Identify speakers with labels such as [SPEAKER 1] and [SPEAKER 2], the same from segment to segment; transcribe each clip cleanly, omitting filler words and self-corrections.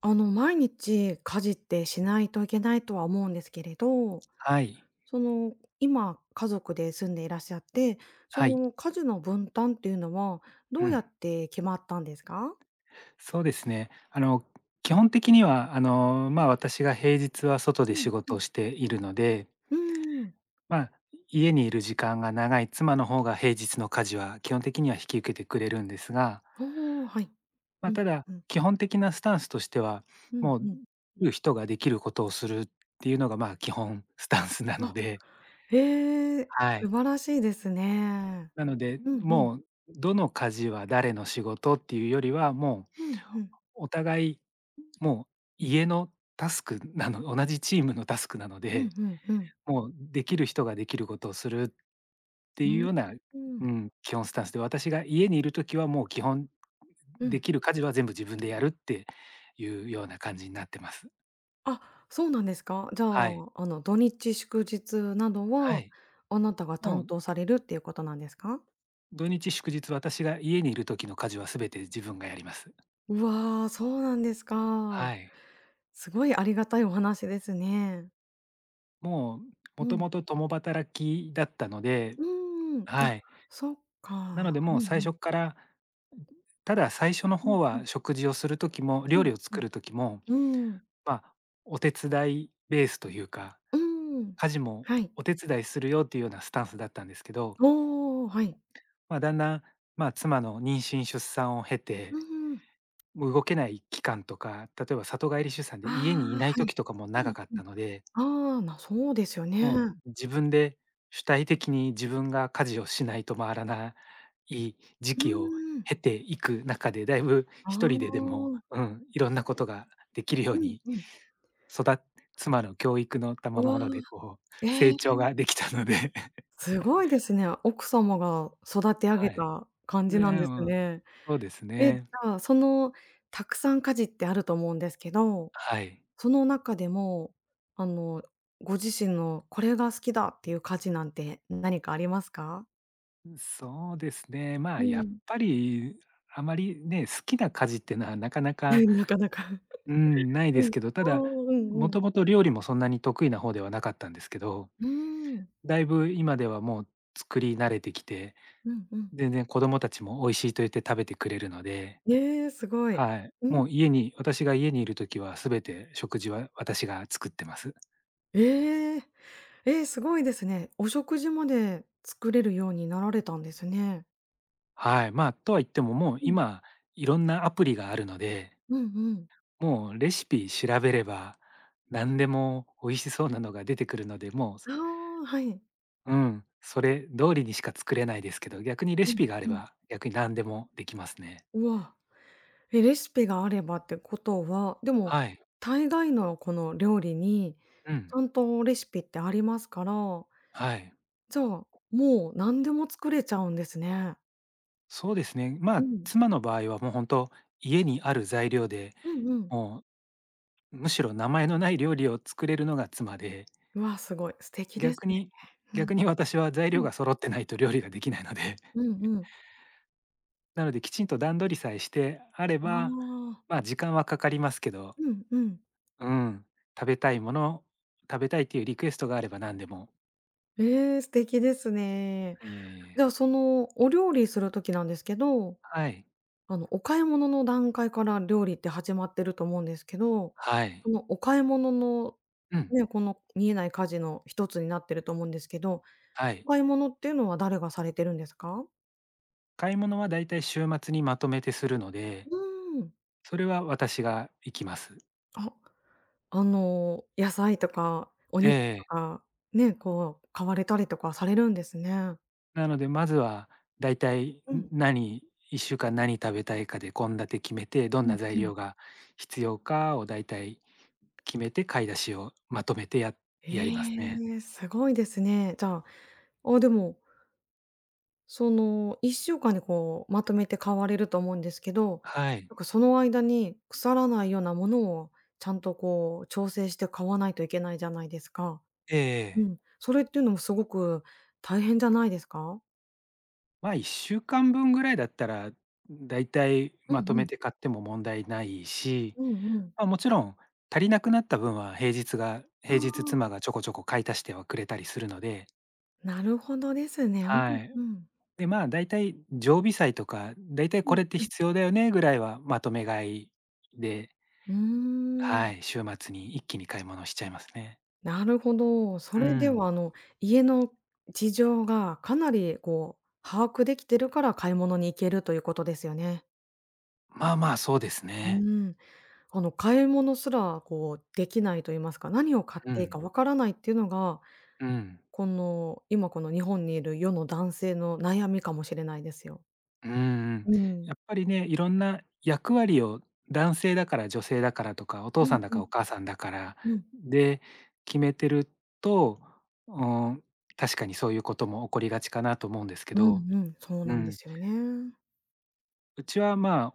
[SPEAKER 1] 毎日家事ってしないといけないとは思うんですけれど、
[SPEAKER 2] はい、
[SPEAKER 1] その、今家族で住んでいらっしゃって、そ
[SPEAKER 2] はい、
[SPEAKER 1] の家事の分担っていうのはど
[SPEAKER 2] う
[SPEAKER 1] うや
[SPEAKER 2] ん、
[SPEAKER 1] って決まったんですか？
[SPEAKER 2] そうですね。基本的には、私が平日は外
[SPEAKER 1] う
[SPEAKER 2] で仕
[SPEAKER 1] んう
[SPEAKER 2] 事
[SPEAKER 1] ん。
[SPEAKER 2] をしているので、
[SPEAKER 1] うーん。
[SPEAKER 2] まあ、家にいる時間が長い妻の方が平日の家事は基本的には引き受けてくれるんですが、
[SPEAKER 1] おーはい。うん、
[SPEAKER 2] ただ、
[SPEAKER 1] うん、
[SPEAKER 2] 基本的なスタンスとしては、
[SPEAKER 1] うん、
[SPEAKER 2] も
[SPEAKER 1] う
[SPEAKER 2] う、
[SPEAKER 1] ん。
[SPEAKER 2] いる人ができることをするっていうのが、基本スタンスなの
[SPEAKER 1] あ、
[SPEAKER 2] で。
[SPEAKER 1] へえ、
[SPEAKER 2] は
[SPEAKER 1] 素
[SPEAKER 2] い。
[SPEAKER 1] 晴らしいですね。
[SPEAKER 2] なので、
[SPEAKER 1] うんうん。
[SPEAKER 2] どの家事は誰の仕事っていうよりは、も
[SPEAKER 1] うんうん。
[SPEAKER 2] うお互い、もう家のタスクなの同じチームのタスクなの
[SPEAKER 1] う
[SPEAKER 2] で、
[SPEAKER 1] んうんうん。
[SPEAKER 2] もうできる人ができることをするってい
[SPEAKER 1] う
[SPEAKER 2] う
[SPEAKER 1] ん。
[SPEAKER 2] ような、
[SPEAKER 1] う
[SPEAKER 2] う
[SPEAKER 1] ん。
[SPEAKER 2] ん、基本スタンスで、私が家にいる時はもう基本
[SPEAKER 1] う
[SPEAKER 2] で
[SPEAKER 1] ん。
[SPEAKER 2] きる家事は全部自分でやるっていうような感じになってます。
[SPEAKER 1] あ、そうなんですか。じゃ
[SPEAKER 2] はい。
[SPEAKER 1] あ、土日祝日など
[SPEAKER 2] は
[SPEAKER 1] は、
[SPEAKER 2] い。
[SPEAKER 1] あなたが
[SPEAKER 2] も
[SPEAKER 1] 担
[SPEAKER 2] う
[SPEAKER 1] 当されるっていうことなんですか？
[SPEAKER 2] 土日祝日、私が家にいる時の家事は全て自分がやります。
[SPEAKER 1] うわー、そうなんですか。
[SPEAKER 2] はい。
[SPEAKER 1] すごいありがたいお話ですね。
[SPEAKER 2] もう、
[SPEAKER 1] う
[SPEAKER 2] もと
[SPEAKER 1] ん。
[SPEAKER 2] もと共働きだったので。
[SPEAKER 1] うーん。あ、
[SPEAKER 2] はい。
[SPEAKER 1] そっ
[SPEAKER 2] なので
[SPEAKER 1] か。う
[SPEAKER 2] も
[SPEAKER 1] ん
[SPEAKER 2] う
[SPEAKER 1] う
[SPEAKER 2] 最
[SPEAKER 1] ん。
[SPEAKER 2] 初からただ、最初の
[SPEAKER 1] うん
[SPEAKER 2] 方
[SPEAKER 1] うん。
[SPEAKER 2] は食事をする時も、
[SPEAKER 1] う
[SPEAKER 2] 料
[SPEAKER 1] ん
[SPEAKER 2] 理を
[SPEAKER 1] う
[SPEAKER 2] 作る時も、
[SPEAKER 1] ん。うん。
[SPEAKER 2] まあ、お手伝いベースというか、
[SPEAKER 1] うん。
[SPEAKER 2] 家事も
[SPEAKER 1] はい。
[SPEAKER 2] お手伝いするよっていうようなスタンスだったんですけど、
[SPEAKER 1] おお、はい。
[SPEAKER 2] だんだん、妻の妊娠出産を経て、
[SPEAKER 1] うん。
[SPEAKER 2] 動けない期間とか、例えば里帰り出産
[SPEAKER 1] あ
[SPEAKER 2] で家にい
[SPEAKER 1] あ、
[SPEAKER 2] ない
[SPEAKER 1] はい。
[SPEAKER 2] 時とかも
[SPEAKER 1] うん
[SPEAKER 2] 長かっ
[SPEAKER 1] う
[SPEAKER 2] たので、
[SPEAKER 1] ん。ああ、なそうですよ
[SPEAKER 2] もう
[SPEAKER 1] ね。
[SPEAKER 2] 自分で主体的に自分が家事をしないと回らない時
[SPEAKER 1] う
[SPEAKER 2] 期を
[SPEAKER 1] ーん。
[SPEAKER 2] 経ていく中で、だいぶ
[SPEAKER 1] あ
[SPEAKER 2] 一人でで
[SPEAKER 1] あ。
[SPEAKER 2] も、うん、いろんなことができるよ
[SPEAKER 1] う
[SPEAKER 2] う
[SPEAKER 1] ん
[SPEAKER 2] に、
[SPEAKER 1] うん。
[SPEAKER 2] 育だ妻の教育の
[SPEAKER 1] う
[SPEAKER 2] 賜
[SPEAKER 1] わ。
[SPEAKER 2] 物でこ
[SPEAKER 1] え
[SPEAKER 2] う成
[SPEAKER 1] え、
[SPEAKER 2] 長ができたので。
[SPEAKER 1] すごいですね。奥様が育て上げ
[SPEAKER 2] はい。
[SPEAKER 1] た感じ
[SPEAKER 2] で
[SPEAKER 1] なんです
[SPEAKER 2] ん、
[SPEAKER 1] ね。
[SPEAKER 2] そうです
[SPEAKER 1] え、じ
[SPEAKER 2] ね。
[SPEAKER 1] ゃあ、そのたくさん家事ってあると思うんですけど、
[SPEAKER 2] はい。
[SPEAKER 1] その中でも、あの、ご自身のこれが好きだっていう家事なんて何かありますか？
[SPEAKER 2] そうですね、
[SPEAKER 1] う
[SPEAKER 2] やっ
[SPEAKER 1] ん。
[SPEAKER 2] ぱり、あまりね、好きな家事っていうのはなかな か
[SPEAKER 1] なかなか。
[SPEAKER 2] うん、ない
[SPEAKER 1] う
[SPEAKER 2] です
[SPEAKER 1] ん。
[SPEAKER 2] けど、
[SPEAKER 1] あ
[SPEAKER 2] た
[SPEAKER 1] あ、
[SPEAKER 2] だ、
[SPEAKER 1] うんう
[SPEAKER 2] も
[SPEAKER 1] ん。
[SPEAKER 2] ともと料理もそんなに得意な方ではなかったんですけど、
[SPEAKER 1] うーん。
[SPEAKER 2] だいぶ今ではもう作り慣れてきて、
[SPEAKER 1] うんうん。
[SPEAKER 2] 全然子供たちも美味しいと言って食べてくれるので。
[SPEAKER 1] ええ、すごい。
[SPEAKER 2] はい。
[SPEAKER 1] うん。
[SPEAKER 2] もう私が家にいるときは全て食事は私が作ってます。
[SPEAKER 1] ええ。ええ、すごいですね。お食事まで作れるようになられたんですね。
[SPEAKER 2] はい。とは言ってももう今いろんなアプリがあるので、
[SPEAKER 1] うんうん。
[SPEAKER 2] もうレシピ調べれば何でも美味しそうなのが出てくるので、
[SPEAKER 1] ああ、はい。
[SPEAKER 2] うん、それ通りにしか作れないですけど、逆にレ
[SPEAKER 1] う
[SPEAKER 2] シ
[SPEAKER 1] ん
[SPEAKER 2] ピがあれ
[SPEAKER 1] うん。
[SPEAKER 2] ば、逆に何でもできますね。
[SPEAKER 1] うわ、え、レシピがあればってことは、でも、
[SPEAKER 2] はい。
[SPEAKER 1] 大概のこの料理に、
[SPEAKER 2] う
[SPEAKER 1] ち
[SPEAKER 2] ん。
[SPEAKER 1] ゃんとレシピってありますから、
[SPEAKER 2] はい。
[SPEAKER 1] じゃあ、もう何でも作れちゃうんですね。
[SPEAKER 2] そうですね。
[SPEAKER 1] うん。
[SPEAKER 2] 妻の場合はもう本当家にある材料で、
[SPEAKER 1] うんうん。
[SPEAKER 2] もうむしろ名前のない料理を作れるのが妻で、
[SPEAKER 1] うわ、すごい、素敵です
[SPEAKER 2] 逆
[SPEAKER 1] ね。
[SPEAKER 2] に
[SPEAKER 1] うん。
[SPEAKER 2] 逆に私は材
[SPEAKER 1] う
[SPEAKER 2] 料
[SPEAKER 1] ん
[SPEAKER 2] が揃ってないと料理ができないので、
[SPEAKER 1] うんうん。
[SPEAKER 2] なのできちんと段取りさえしてあれ
[SPEAKER 1] あ
[SPEAKER 2] ば、
[SPEAKER 1] あ、
[SPEAKER 2] 時間はかかりますけど、
[SPEAKER 1] うんうん。
[SPEAKER 2] うん、食べたいもの、食べたいっていうリクエストがあれば何でも。
[SPEAKER 1] ええ、素敵ですね。
[SPEAKER 2] いえい
[SPEAKER 1] じ
[SPEAKER 2] え。
[SPEAKER 1] ゃあ、そのお料理する時なんですけど
[SPEAKER 2] はい。
[SPEAKER 1] お買い物の段階から料理って始まってると思うんですけど、
[SPEAKER 2] はい。
[SPEAKER 1] そのお買い物の、
[SPEAKER 2] うん。
[SPEAKER 1] ね、この見えない家事の一つになってると思うんですけど、
[SPEAKER 2] は
[SPEAKER 1] お
[SPEAKER 2] い。
[SPEAKER 1] 買い物っていうのは誰がされてるんですか？
[SPEAKER 2] 買い物はだいたい週末にまとめてするの
[SPEAKER 1] う
[SPEAKER 2] で、
[SPEAKER 1] ーん。
[SPEAKER 2] それは私が行きます。
[SPEAKER 1] あ、野菜とかお
[SPEAKER 2] え
[SPEAKER 1] 肉と
[SPEAKER 2] え。
[SPEAKER 1] か、ね、こう買われたりとかされるんですね。
[SPEAKER 2] なので、まずはだいたい、
[SPEAKER 1] うん、
[SPEAKER 2] 何1週間何食べたいかで献立決めて、どん
[SPEAKER 1] うん
[SPEAKER 2] な材
[SPEAKER 1] うん。
[SPEAKER 2] 料が必要かをだいたい決めて、買い出しをまとめて
[SPEAKER 1] え
[SPEAKER 2] やりますね。
[SPEAKER 1] え、すごいですね。じゃあ、あ、でもその、1週間にこう、まとめて買われると思うんですけど、
[SPEAKER 2] はい。
[SPEAKER 1] なんかその間に腐らないようなものをちゃんとこう、調整して買わないといけないじゃないですか。
[SPEAKER 2] え
[SPEAKER 1] う
[SPEAKER 2] ええ
[SPEAKER 1] ん。それっていうのもすごく大変じゃないですか？
[SPEAKER 2] 1週間分ぐらいだったら、だいたい
[SPEAKER 1] うん
[SPEAKER 2] まと
[SPEAKER 1] う
[SPEAKER 2] め
[SPEAKER 1] ん。
[SPEAKER 2] て買っても問題ないし、
[SPEAKER 1] うんうん。
[SPEAKER 2] あ、もちろん、足りなくなった分は
[SPEAKER 1] あ
[SPEAKER 2] 平日
[SPEAKER 1] あ、
[SPEAKER 2] 妻がちょこちょこ買い足してはくれたりするので。
[SPEAKER 1] なるほどですね。うん
[SPEAKER 2] はい。
[SPEAKER 1] うん。
[SPEAKER 2] で、だいたい常備菜とか、だいたい
[SPEAKER 1] う
[SPEAKER 2] こ
[SPEAKER 1] ん
[SPEAKER 2] れって
[SPEAKER 1] うん。
[SPEAKER 2] 必要だよねぐらいはまとめ買いで、
[SPEAKER 1] うーん、
[SPEAKER 2] はい、週末に一気に買い物しちゃいますね。
[SPEAKER 1] なるほど。そ
[SPEAKER 2] う
[SPEAKER 1] れで
[SPEAKER 2] ん。
[SPEAKER 1] は家の事情がかなりこう、把握できてるから買い物に行けるということですよね。
[SPEAKER 2] まあまあ、そうです
[SPEAKER 1] う
[SPEAKER 2] ね。
[SPEAKER 1] ーん。買い物すら、こう、できないと言いますか、何を買っ
[SPEAKER 2] う
[SPEAKER 1] ていいか
[SPEAKER 2] ん、
[SPEAKER 1] わからないっていうのが、
[SPEAKER 2] うん。
[SPEAKER 1] この、今この日本にいる世の男性の悩みかもしれないですよ。
[SPEAKER 2] うんん。
[SPEAKER 1] うん。
[SPEAKER 2] やっぱりね、いろんな役割を男性だから女性だからとか、お父
[SPEAKER 1] う
[SPEAKER 2] さ
[SPEAKER 1] ん
[SPEAKER 2] んだ
[SPEAKER 1] う
[SPEAKER 2] か
[SPEAKER 1] ん、
[SPEAKER 2] お母さんだから
[SPEAKER 1] うん。
[SPEAKER 2] で決めてると、うん、確かにそういうことも起こりがちかなと思うんですけ
[SPEAKER 1] う
[SPEAKER 2] ど。
[SPEAKER 1] んうん、そう
[SPEAKER 2] う
[SPEAKER 1] なんで
[SPEAKER 2] ん。
[SPEAKER 1] すよね。
[SPEAKER 2] うちは、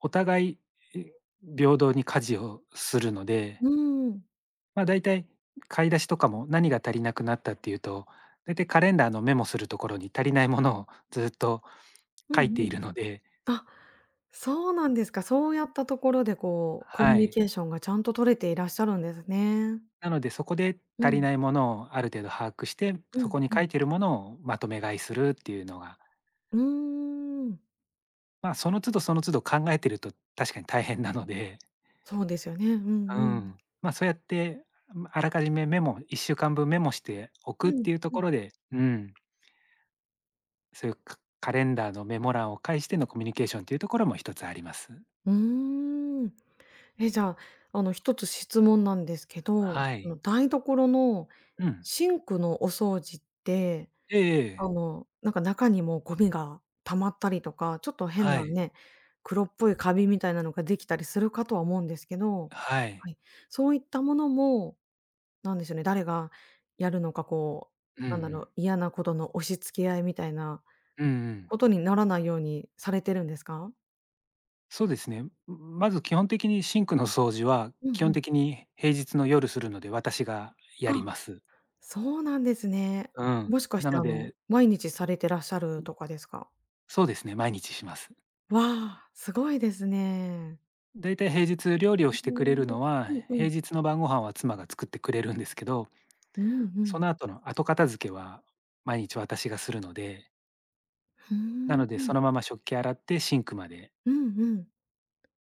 [SPEAKER 2] お互い、え、平等に家事をするので、
[SPEAKER 1] うん。
[SPEAKER 2] だいたい買い出しとかも何が足りなくなったっていうと、だいたいカレンダーのメモするところに足りないものをずっと
[SPEAKER 1] う
[SPEAKER 2] 書い
[SPEAKER 1] ん
[SPEAKER 2] て
[SPEAKER 1] う
[SPEAKER 2] い
[SPEAKER 1] ん。
[SPEAKER 2] るので、
[SPEAKER 1] あ、そうなんですか。そうやったところで、こう、コミュ
[SPEAKER 2] は
[SPEAKER 1] ニケ
[SPEAKER 2] い。
[SPEAKER 1] ーションがちゃんと取れていらっしゃるんですね。
[SPEAKER 2] なので、そこで
[SPEAKER 1] う
[SPEAKER 2] 足り
[SPEAKER 1] ん、
[SPEAKER 2] ないものをある程度把握して、
[SPEAKER 1] う
[SPEAKER 2] そ
[SPEAKER 1] ん、
[SPEAKER 2] こに
[SPEAKER 1] う
[SPEAKER 2] 書
[SPEAKER 1] ん。
[SPEAKER 2] いてるものをまとめ買いするっていうのが、
[SPEAKER 1] うーん。
[SPEAKER 2] その都度その都度考えてると確かに大変なので。
[SPEAKER 1] そうですよね。うん
[SPEAKER 2] う
[SPEAKER 1] うん。
[SPEAKER 2] ん。そうやって、あらかじめ1週間分メモしておくっ
[SPEAKER 1] うん、
[SPEAKER 2] ていうと
[SPEAKER 1] う
[SPEAKER 2] こ
[SPEAKER 1] ん。
[SPEAKER 2] ろで、うん、そういうカレンダーのメモ欄を介してのコミュニケーションっていうところも一つあります。
[SPEAKER 1] うーん。え、じゃあ、一つ質問なんですけど、
[SPEAKER 2] はい。
[SPEAKER 1] 台所の
[SPEAKER 2] うん。
[SPEAKER 1] シンクのお掃除って、
[SPEAKER 2] ええええ。
[SPEAKER 1] なんか中にもゴミが溜まったりとか、ちょっと変
[SPEAKER 2] は
[SPEAKER 1] な
[SPEAKER 2] い。
[SPEAKER 1] ね、黒っぽいカビみたいなのができたりするかとは思うんですけど、
[SPEAKER 2] は
[SPEAKER 1] は
[SPEAKER 2] い。
[SPEAKER 1] い、そういったものも、なんでしょうね、誰がやるのか、こう、
[SPEAKER 2] うんう
[SPEAKER 1] なんだろ
[SPEAKER 2] ん。
[SPEAKER 1] う、嫌なことの押し付け合いみたいな
[SPEAKER 2] うんうん。
[SPEAKER 1] ことにならないようにされてるんですか？
[SPEAKER 2] そうですね。まず基本的にシンクの掃除は、
[SPEAKER 1] う
[SPEAKER 2] 基
[SPEAKER 1] んう
[SPEAKER 2] 本
[SPEAKER 1] ん。
[SPEAKER 2] 的に平日の夜するので、私がやり
[SPEAKER 1] あ。
[SPEAKER 2] ます。
[SPEAKER 1] そうなんですね。
[SPEAKER 2] うん。
[SPEAKER 1] もしかし
[SPEAKER 2] な
[SPEAKER 1] て、
[SPEAKER 2] ので
[SPEAKER 1] 毎日されてらっしゃるとかですか？
[SPEAKER 2] そうですね、毎日します。
[SPEAKER 1] わあ、すごいですね。
[SPEAKER 2] だいたい平日料理をし
[SPEAKER 1] うー
[SPEAKER 2] てくれる
[SPEAKER 1] ん。う
[SPEAKER 2] のは、
[SPEAKER 1] んうん。
[SPEAKER 2] 平日の晩ご飯は妻が作ってくれるんですけど、
[SPEAKER 1] うんう
[SPEAKER 2] そ
[SPEAKER 1] ん。
[SPEAKER 2] の後の後片付けは毎日私がするので、
[SPEAKER 1] ふ
[SPEAKER 2] な
[SPEAKER 1] ー
[SPEAKER 2] のでその
[SPEAKER 1] ん。
[SPEAKER 2] まま食器洗ってシンクまで、
[SPEAKER 1] うんうん。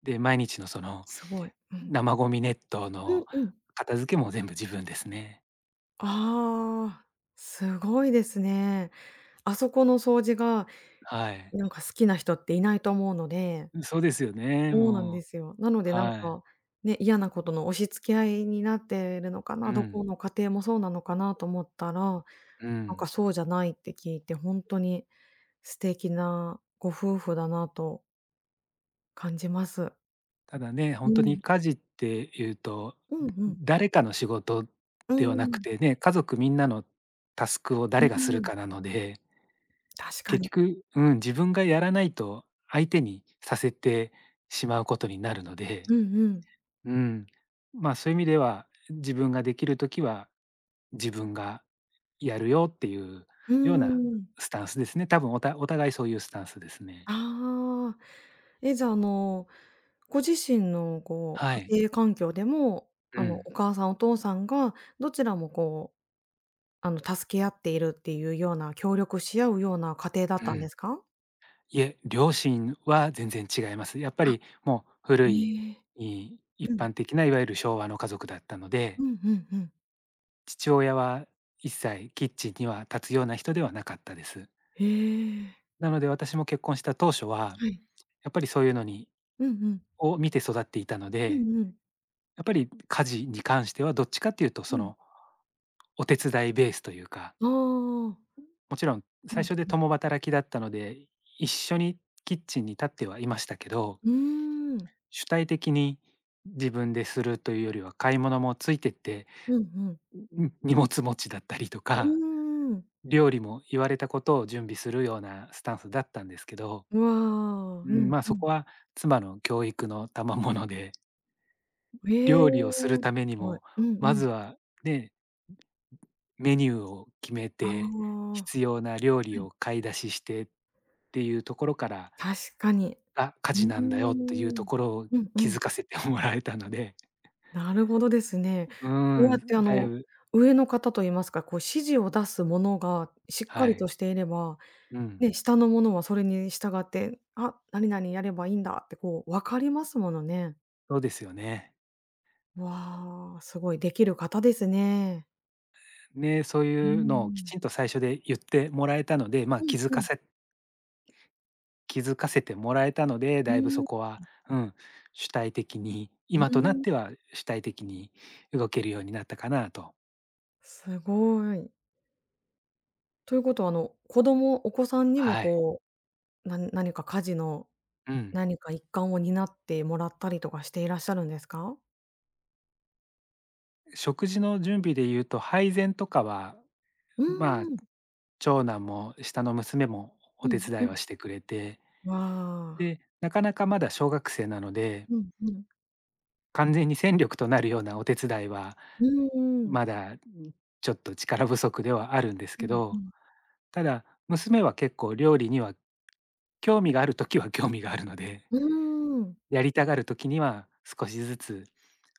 [SPEAKER 2] で、毎日のその
[SPEAKER 1] すごい。うん。
[SPEAKER 2] 生ゴミネット
[SPEAKER 1] うん
[SPEAKER 2] の
[SPEAKER 1] うん。
[SPEAKER 2] 片付けも全部自分ですね。
[SPEAKER 1] ああ、すごいですね。あそこの掃除が、
[SPEAKER 2] はい。
[SPEAKER 1] なんか好きな人っていないと思うので
[SPEAKER 2] そうですよね、
[SPEAKER 1] そうなん
[SPEAKER 2] もう。
[SPEAKER 1] ですよ。なのでなん
[SPEAKER 2] はい。
[SPEAKER 1] か、ね、嫌なことの押し付け合いになってるのか
[SPEAKER 2] う
[SPEAKER 1] な、どこ
[SPEAKER 2] ん、
[SPEAKER 1] の家庭もそうなのかなと思ったら
[SPEAKER 2] う
[SPEAKER 1] なんか
[SPEAKER 2] ん。
[SPEAKER 1] そうじゃないって聞いて、本当に素敵なご夫婦だなと感じます。
[SPEAKER 2] ただね、
[SPEAKER 1] う
[SPEAKER 2] 本当に
[SPEAKER 1] ん。
[SPEAKER 2] 家事っていうと、
[SPEAKER 1] うんうん。
[SPEAKER 2] 誰かの仕事
[SPEAKER 1] う
[SPEAKER 2] で
[SPEAKER 1] ん
[SPEAKER 2] は
[SPEAKER 1] う
[SPEAKER 2] なく
[SPEAKER 1] ん。
[SPEAKER 2] てね、家族みんなのタスクを
[SPEAKER 1] う
[SPEAKER 2] 誰がする
[SPEAKER 1] ん。
[SPEAKER 2] かなので、
[SPEAKER 1] 確か
[SPEAKER 2] 結
[SPEAKER 1] に。
[SPEAKER 2] 局、うん、自分がやらないと相手にさせてしまうことになるので、
[SPEAKER 1] うんうん。
[SPEAKER 2] うん、そういう意味では、自分ができる時は自分がやるよっていう
[SPEAKER 1] う
[SPEAKER 2] ような
[SPEAKER 1] ん。
[SPEAKER 2] スタンスですね。多分お互いそういうスタンスですね。
[SPEAKER 1] ああ。え、じゃあ、ご自身のこ
[SPEAKER 2] は
[SPEAKER 1] う、
[SPEAKER 2] い。
[SPEAKER 1] 家庭環境でも、
[SPEAKER 2] うん、
[SPEAKER 1] お母さんお父さんがどちらもこう、助け合っているっていうような、協力し合うような家庭だっ
[SPEAKER 2] う
[SPEAKER 1] たんで
[SPEAKER 2] ん。
[SPEAKER 1] すか？
[SPEAKER 2] いえ、両親は全然違います。やっぱ
[SPEAKER 1] あ、
[SPEAKER 2] りもう古い、
[SPEAKER 1] ええ。う
[SPEAKER 2] 一
[SPEAKER 1] ん。
[SPEAKER 2] 般的ないわゆる昭和の家族だったの
[SPEAKER 1] う
[SPEAKER 2] で、
[SPEAKER 1] んうんうん。
[SPEAKER 2] 父親は一切キッチンには立つような人ではなかったです。
[SPEAKER 1] へえ。
[SPEAKER 2] なので私も結婚した当初は、
[SPEAKER 1] はい。
[SPEAKER 2] やっぱりそういうのに
[SPEAKER 1] うんうん。
[SPEAKER 2] を見て育っていたの
[SPEAKER 1] う
[SPEAKER 2] で、
[SPEAKER 1] んうん。
[SPEAKER 2] やっぱり家事に関してはどっちかっていうと
[SPEAKER 1] う
[SPEAKER 2] そ
[SPEAKER 1] ん。
[SPEAKER 2] の、お手伝いベースというか、
[SPEAKER 1] ああ。
[SPEAKER 2] もちろん
[SPEAKER 1] う
[SPEAKER 2] 最
[SPEAKER 1] ん。
[SPEAKER 2] 初で共働きだったので、一緒にキッチンに立ってはいましたけど、
[SPEAKER 1] うーん。
[SPEAKER 2] 主体的に自分でするというよりは、買い物もついてって、
[SPEAKER 1] うんうん。
[SPEAKER 2] 荷物持ちだったりと
[SPEAKER 1] う
[SPEAKER 2] か、
[SPEAKER 1] ーん。
[SPEAKER 2] 料理も言われたことを準備するようなスタンスだったんですけど、
[SPEAKER 1] うう
[SPEAKER 2] うん、
[SPEAKER 1] んう
[SPEAKER 2] そ
[SPEAKER 1] ん。
[SPEAKER 2] こは妻の教育の賜物で、
[SPEAKER 1] ええ、
[SPEAKER 2] 料理をする
[SPEAKER 1] す
[SPEAKER 2] ために
[SPEAKER 1] ごい。
[SPEAKER 2] も、
[SPEAKER 1] うんう
[SPEAKER 2] ま
[SPEAKER 1] ん。
[SPEAKER 2] ずはね、メニューを決め
[SPEAKER 1] あ
[SPEAKER 2] て、
[SPEAKER 1] あ、
[SPEAKER 2] 必要な料
[SPEAKER 1] は
[SPEAKER 2] 理
[SPEAKER 1] い、
[SPEAKER 2] を買い出ししてっていうところから、
[SPEAKER 1] 確かに。
[SPEAKER 2] あ、家
[SPEAKER 1] うー
[SPEAKER 2] 事なんだよっていうと
[SPEAKER 1] ん。
[SPEAKER 2] ころを
[SPEAKER 1] うんう
[SPEAKER 2] 気
[SPEAKER 1] ん。
[SPEAKER 2] づかせてもらえたので、
[SPEAKER 1] なるほどですね。
[SPEAKER 2] う
[SPEAKER 1] こうやって
[SPEAKER 2] ん、だいぶ、
[SPEAKER 1] 上の方と言いますか、こう指示を出すものがしっか
[SPEAKER 2] は
[SPEAKER 1] りと
[SPEAKER 2] い。
[SPEAKER 1] していれば、
[SPEAKER 2] うん。
[SPEAKER 1] ね、下の者はそれに従って、あ、何々やればいいんだってこう分かりますものね。
[SPEAKER 2] そうですよね。
[SPEAKER 1] わあ、すごいできる方ですね。
[SPEAKER 2] ね、そう
[SPEAKER 1] うー
[SPEAKER 2] いうのをき
[SPEAKER 1] ん。
[SPEAKER 2] ちんと最初で言ってもらえたので、
[SPEAKER 1] うんうん。
[SPEAKER 2] 気づかせてもらえたので、
[SPEAKER 1] う
[SPEAKER 2] だいぶ
[SPEAKER 1] ー
[SPEAKER 2] そ
[SPEAKER 1] ん。
[SPEAKER 2] こは、うん、主体的に、
[SPEAKER 1] う
[SPEAKER 2] 今とな
[SPEAKER 1] ー
[SPEAKER 2] っ
[SPEAKER 1] ん、
[SPEAKER 2] ては主体的に動けるようになったかなと。
[SPEAKER 1] すごい。ということは、子供お子さんにも
[SPEAKER 2] はい。
[SPEAKER 1] こう、何か家事の
[SPEAKER 2] うん。
[SPEAKER 1] 何か一環を担ってもらったりとかしていらっしゃるんですか？
[SPEAKER 2] 食事の準備で言うと、配膳とかは、
[SPEAKER 1] うー
[SPEAKER 2] まあ、
[SPEAKER 1] ん、
[SPEAKER 2] 長男も下の娘も
[SPEAKER 1] う
[SPEAKER 2] お手
[SPEAKER 1] ん
[SPEAKER 2] 伝
[SPEAKER 1] う
[SPEAKER 2] い
[SPEAKER 1] ん。
[SPEAKER 2] はしてくれて、
[SPEAKER 1] わあ。
[SPEAKER 2] で、なかなかまだ小学生なので、
[SPEAKER 1] うんうん。
[SPEAKER 2] 完全に戦力となるようなお手伝いは
[SPEAKER 1] うんうん。
[SPEAKER 2] まだ、ちょっと力不足ではあるんです
[SPEAKER 1] う
[SPEAKER 2] け
[SPEAKER 1] んう
[SPEAKER 2] ど、
[SPEAKER 1] ん。
[SPEAKER 2] ただ、娘は結構料理には興味がある時は興味があるので、
[SPEAKER 1] う ーん。
[SPEAKER 2] やりたがる時には少しずつ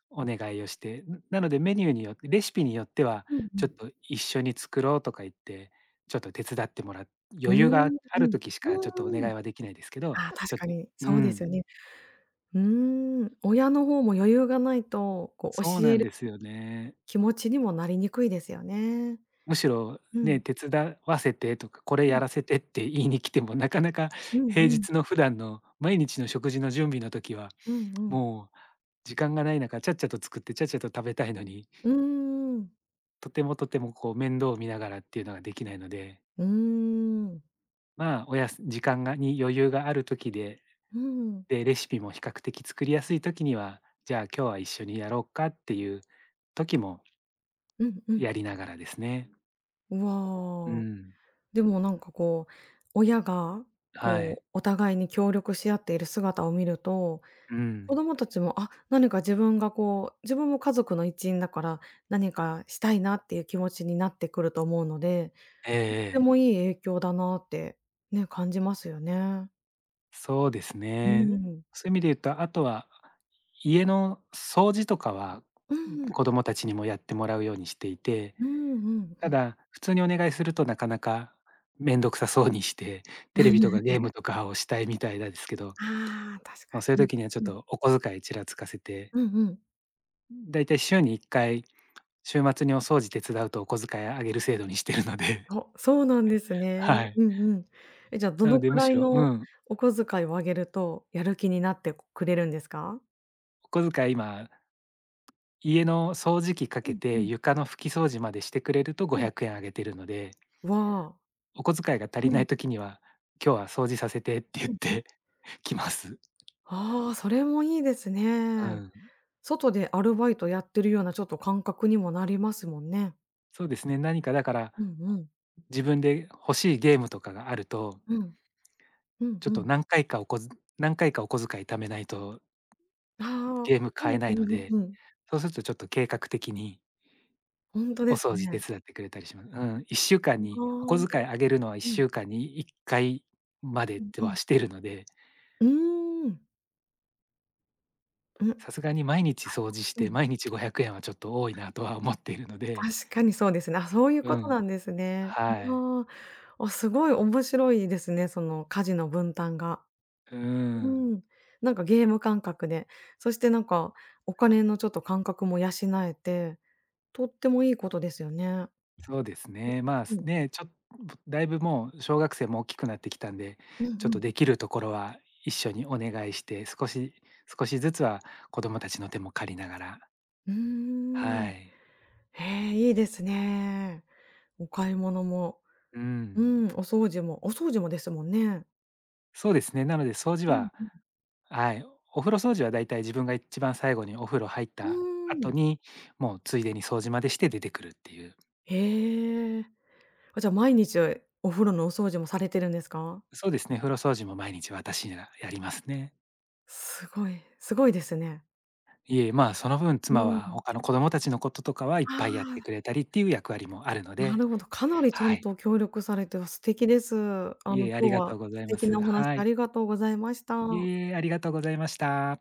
[SPEAKER 2] お願いをして、なのでメニューによってレシピによっては、
[SPEAKER 1] うんう
[SPEAKER 2] ちょっ
[SPEAKER 1] ん。
[SPEAKER 2] と一緒に作ろうとか言って、ちょっと手伝ってもらっ
[SPEAKER 1] うー
[SPEAKER 2] 余裕が
[SPEAKER 1] ん。
[SPEAKER 2] あ
[SPEAKER 1] う
[SPEAKER 2] る
[SPEAKER 1] ん、
[SPEAKER 2] 時しかちょっとお
[SPEAKER 1] うー
[SPEAKER 2] 願
[SPEAKER 1] ん。
[SPEAKER 2] いはできないですけど、
[SPEAKER 1] ああ、
[SPEAKER 2] ち
[SPEAKER 1] 確
[SPEAKER 2] ょっ
[SPEAKER 1] か
[SPEAKER 2] と
[SPEAKER 1] に
[SPEAKER 2] う
[SPEAKER 1] そうです
[SPEAKER 2] ん、
[SPEAKER 1] よね。うーん、親の方も余裕がないと、こう
[SPEAKER 2] そう
[SPEAKER 1] 教
[SPEAKER 2] な
[SPEAKER 1] え
[SPEAKER 2] ん
[SPEAKER 1] る
[SPEAKER 2] ですよね。
[SPEAKER 1] 気持ちにもなりにくいですよね。
[SPEAKER 2] むしろ
[SPEAKER 1] う
[SPEAKER 2] ね、
[SPEAKER 1] ん。
[SPEAKER 2] 手伝わせてとか、これ
[SPEAKER 1] うん。
[SPEAKER 2] やらせてって言いに来ても、なかなか
[SPEAKER 1] うん
[SPEAKER 2] 平
[SPEAKER 1] うん。
[SPEAKER 2] 日の普段の毎日の食事の準備の時は、
[SPEAKER 1] うんうん。
[SPEAKER 2] もう時間がない中、ちゃっちゃと作って、ちゃっちゃと食べたいのに、
[SPEAKER 1] うーん。
[SPEAKER 2] とてもとてもこう面倒を見ながらっていうのができないので、
[SPEAKER 1] うーん。
[SPEAKER 2] まあ、おやす時間がに余裕がある時で、
[SPEAKER 1] うん。
[SPEAKER 2] で、レシピも比較的作りやすい時には、じゃあ今日は一緒にやろうかっていう時も
[SPEAKER 1] うんうん。
[SPEAKER 2] やりながらですね。
[SPEAKER 1] う
[SPEAKER 2] う
[SPEAKER 1] わあ。
[SPEAKER 2] ん。
[SPEAKER 1] でもなんかこう、親が
[SPEAKER 2] はい。
[SPEAKER 1] こうお互いに協力し合っている姿を見ると、
[SPEAKER 2] う
[SPEAKER 1] 子
[SPEAKER 2] ん。
[SPEAKER 1] 供たちも、あ、何か自分がこう、自分も家族の一員だから、何かしたいなっていう気持ちになってくると思うので
[SPEAKER 2] え
[SPEAKER 1] とって
[SPEAKER 2] えええ
[SPEAKER 1] もいい影響だなって、ね、感じますよね。
[SPEAKER 2] そうです
[SPEAKER 1] う
[SPEAKER 2] ね。
[SPEAKER 1] ん。
[SPEAKER 2] そういう意味で言うと、あとは、家の掃除とかは、
[SPEAKER 1] うんうん。
[SPEAKER 2] 子供たちにもやってもらうようにしていて、
[SPEAKER 1] うんうんう
[SPEAKER 2] た
[SPEAKER 1] ん。
[SPEAKER 2] だ、普通にお願いするとなかなか面倒くさそうにして、テレビとか ゲームとかをしたいみたいなんですけど、
[SPEAKER 1] ああ、確か
[SPEAKER 2] まあ、そういう
[SPEAKER 1] に。
[SPEAKER 2] 時にはちょっ
[SPEAKER 1] うんうん。
[SPEAKER 2] とお小遣いちらつかせて、
[SPEAKER 1] うんうん。
[SPEAKER 2] だいたい週に1回、週末にお掃除手伝うとお小遣いあげる制度にしてるので、
[SPEAKER 1] あ、そうなんです ね。
[SPEAKER 2] はい。
[SPEAKER 1] うんうん。え、じゃあど
[SPEAKER 2] なの
[SPEAKER 1] の
[SPEAKER 2] で
[SPEAKER 1] く
[SPEAKER 2] む
[SPEAKER 1] ら
[SPEAKER 2] し
[SPEAKER 1] い
[SPEAKER 2] ろ、
[SPEAKER 1] のお小遣いをあげると、やる気になってくれるんですか？
[SPEAKER 2] お小遣い今家の掃除機か
[SPEAKER 1] う
[SPEAKER 2] け
[SPEAKER 1] んう
[SPEAKER 2] て
[SPEAKER 1] ん
[SPEAKER 2] 床の拭き掃除までしてくれると
[SPEAKER 1] うん。
[SPEAKER 2] 500円あげてるので、
[SPEAKER 1] わあ。
[SPEAKER 2] お小遣いが足
[SPEAKER 1] う
[SPEAKER 2] り
[SPEAKER 1] ん
[SPEAKER 2] な
[SPEAKER 1] う
[SPEAKER 2] い時には、今日は掃除させてって言っ
[SPEAKER 1] んうん。
[SPEAKER 2] て きます。
[SPEAKER 1] ああ、それもいいです
[SPEAKER 2] う
[SPEAKER 1] ね。
[SPEAKER 2] ん。
[SPEAKER 1] 外でアルバイトやってるようなちょっと感覚にもなりますもんね。
[SPEAKER 2] そうですね、何かだから、
[SPEAKER 1] うんうん。
[SPEAKER 2] 自分で欲しいゲームとかがあると、
[SPEAKER 1] うん。うん
[SPEAKER 2] ちょっ
[SPEAKER 1] う
[SPEAKER 2] と
[SPEAKER 1] ん。
[SPEAKER 2] 何回かおこず何回かお小遣い貯めないと
[SPEAKER 1] ああ。
[SPEAKER 2] ゲーム
[SPEAKER 1] う
[SPEAKER 2] 買
[SPEAKER 1] ん
[SPEAKER 2] えないの
[SPEAKER 1] うん
[SPEAKER 2] で、
[SPEAKER 1] うん
[SPEAKER 2] そうするとちょっと計画的に
[SPEAKER 1] ほんと
[SPEAKER 2] お
[SPEAKER 1] です
[SPEAKER 2] 掃除手
[SPEAKER 1] ね。
[SPEAKER 2] 伝ってくれたりします。うん、1週間
[SPEAKER 1] あ
[SPEAKER 2] にお小
[SPEAKER 1] あ。
[SPEAKER 2] 遣いあげるのは
[SPEAKER 1] う
[SPEAKER 2] 1
[SPEAKER 1] ん
[SPEAKER 2] 週間に1回まで
[SPEAKER 1] う
[SPEAKER 2] っ
[SPEAKER 1] ん
[SPEAKER 2] て
[SPEAKER 1] う
[SPEAKER 2] は
[SPEAKER 1] ん。
[SPEAKER 2] してるので
[SPEAKER 1] うーん。うん。
[SPEAKER 2] さすがに毎日掃除し
[SPEAKER 1] う
[SPEAKER 2] て、
[SPEAKER 1] ん。
[SPEAKER 2] 毎日500円はちょっと多いなとは思っているので、
[SPEAKER 1] 確かにそうですね。あ、そういう
[SPEAKER 2] う
[SPEAKER 1] こと
[SPEAKER 2] ん、
[SPEAKER 1] なんですね。
[SPEAKER 2] はい。
[SPEAKER 1] ああ。あ、すごい面白いですね、その家事の分担が。
[SPEAKER 2] うん、
[SPEAKER 1] うん。なんかゲーム感覚で、そしてなんかお金のちょっと感覚も養えて、とってもいいことですよね。
[SPEAKER 2] そうですね。まあ、
[SPEAKER 1] う
[SPEAKER 2] す
[SPEAKER 1] ん。
[SPEAKER 2] ね、ちょぶだいぶもう小学生も大きくなってきたんで、
[SPEAKER 1] うん
[SPEAKER 2] ちょっ
[SPEAKER 1] う
[SPEAKER 2] と
[SPEAKER 1] ん。
[SPEAKER 2] できるところは一緒にお願いして、少しずつは子供たちの手も借りながら、
[SPEAKER 1] うー
[SPEAKER 2] は
[SPEAKER 1] ん。
[SPEAKER 2] い。
[SPEAKER 1] へえ、いいですね。お買い物も
[SPEAKER 2] う
[SPEAKER 1] う
[SPEAKER 2] ん。
[SPEAKER 1] ん、お掃除もお掃除もですもんね。
[SPEAKER 2] そうですね、なので掃除
[SPEAKER 1] うん
[SPEAKER 2] は
[SPEAKER 1] うん。
[SPEAKER 2] はい、お風呂掃除はだいたい自分が一番最後にお風呂入っ
[SPEAKER 1] う
[SPEAKER 2] た
[SPEAKER 1] ー
[SPEAKER 2] 後
[SPEAKER 1] ん。
[SPEAKER 2] に、もうついでに掃除までして出てくるっていう。
[SPEAKER 1] へえ。あ、じゃ、毎日お風呂のお掃除もされてるんですか？
[SPEAKER 2] そうですね、風呂掃除も毎日私がやりますね。
[SPEAKER 1] すごい、すごいですね。
[SPEAKER 2] いえ、まあ、その分、
[SPEAKER 1] う
[SPEAKER 2] 妻は
[SPEAKER 1] ん。
[SPEAKER 2] 他の子供たちのこととかはいっ
[SPEAKER 1] あ
[SPEAKER 2] ぱいやって
[SPEAKER 1] あ、
[SPEAKER 2] くれたりっていう役割もあるの
[SPEAKER 1] な
[SPEAKER 2] で、
[SPEAKER 1] るほど。かなりちゃ
[SPEAKER 2] は
[SPEAKER 1] ん
[SPEAKER 2] い。
[SPEAKER 1] と協力されて、わ、素敵です。
[SPEAKER 2] いえ、あ
[SPEAKER 1] 今
[SPEAKER 2] り
[SPEAKER 1] 日
[SPEAKER 2] が
[SPEAKER 1] は
[SPEAKER 2] とうござ
[SPEAKER 1] 素
[SPEAKER 2] いま
[SPEAKER 1] 敵
[SPEAKER 2] す。
[SPEAKER 1] なお話
[SPEAKER 2] は
[SPEAKER 1] あ
[SPEAKER 2] い。
[SPEAKER 1] りがとうございまし
[SPEAKER 2] い
[SPEAKER 1] た。
[SPEAKER 2] え、ありがとうございました。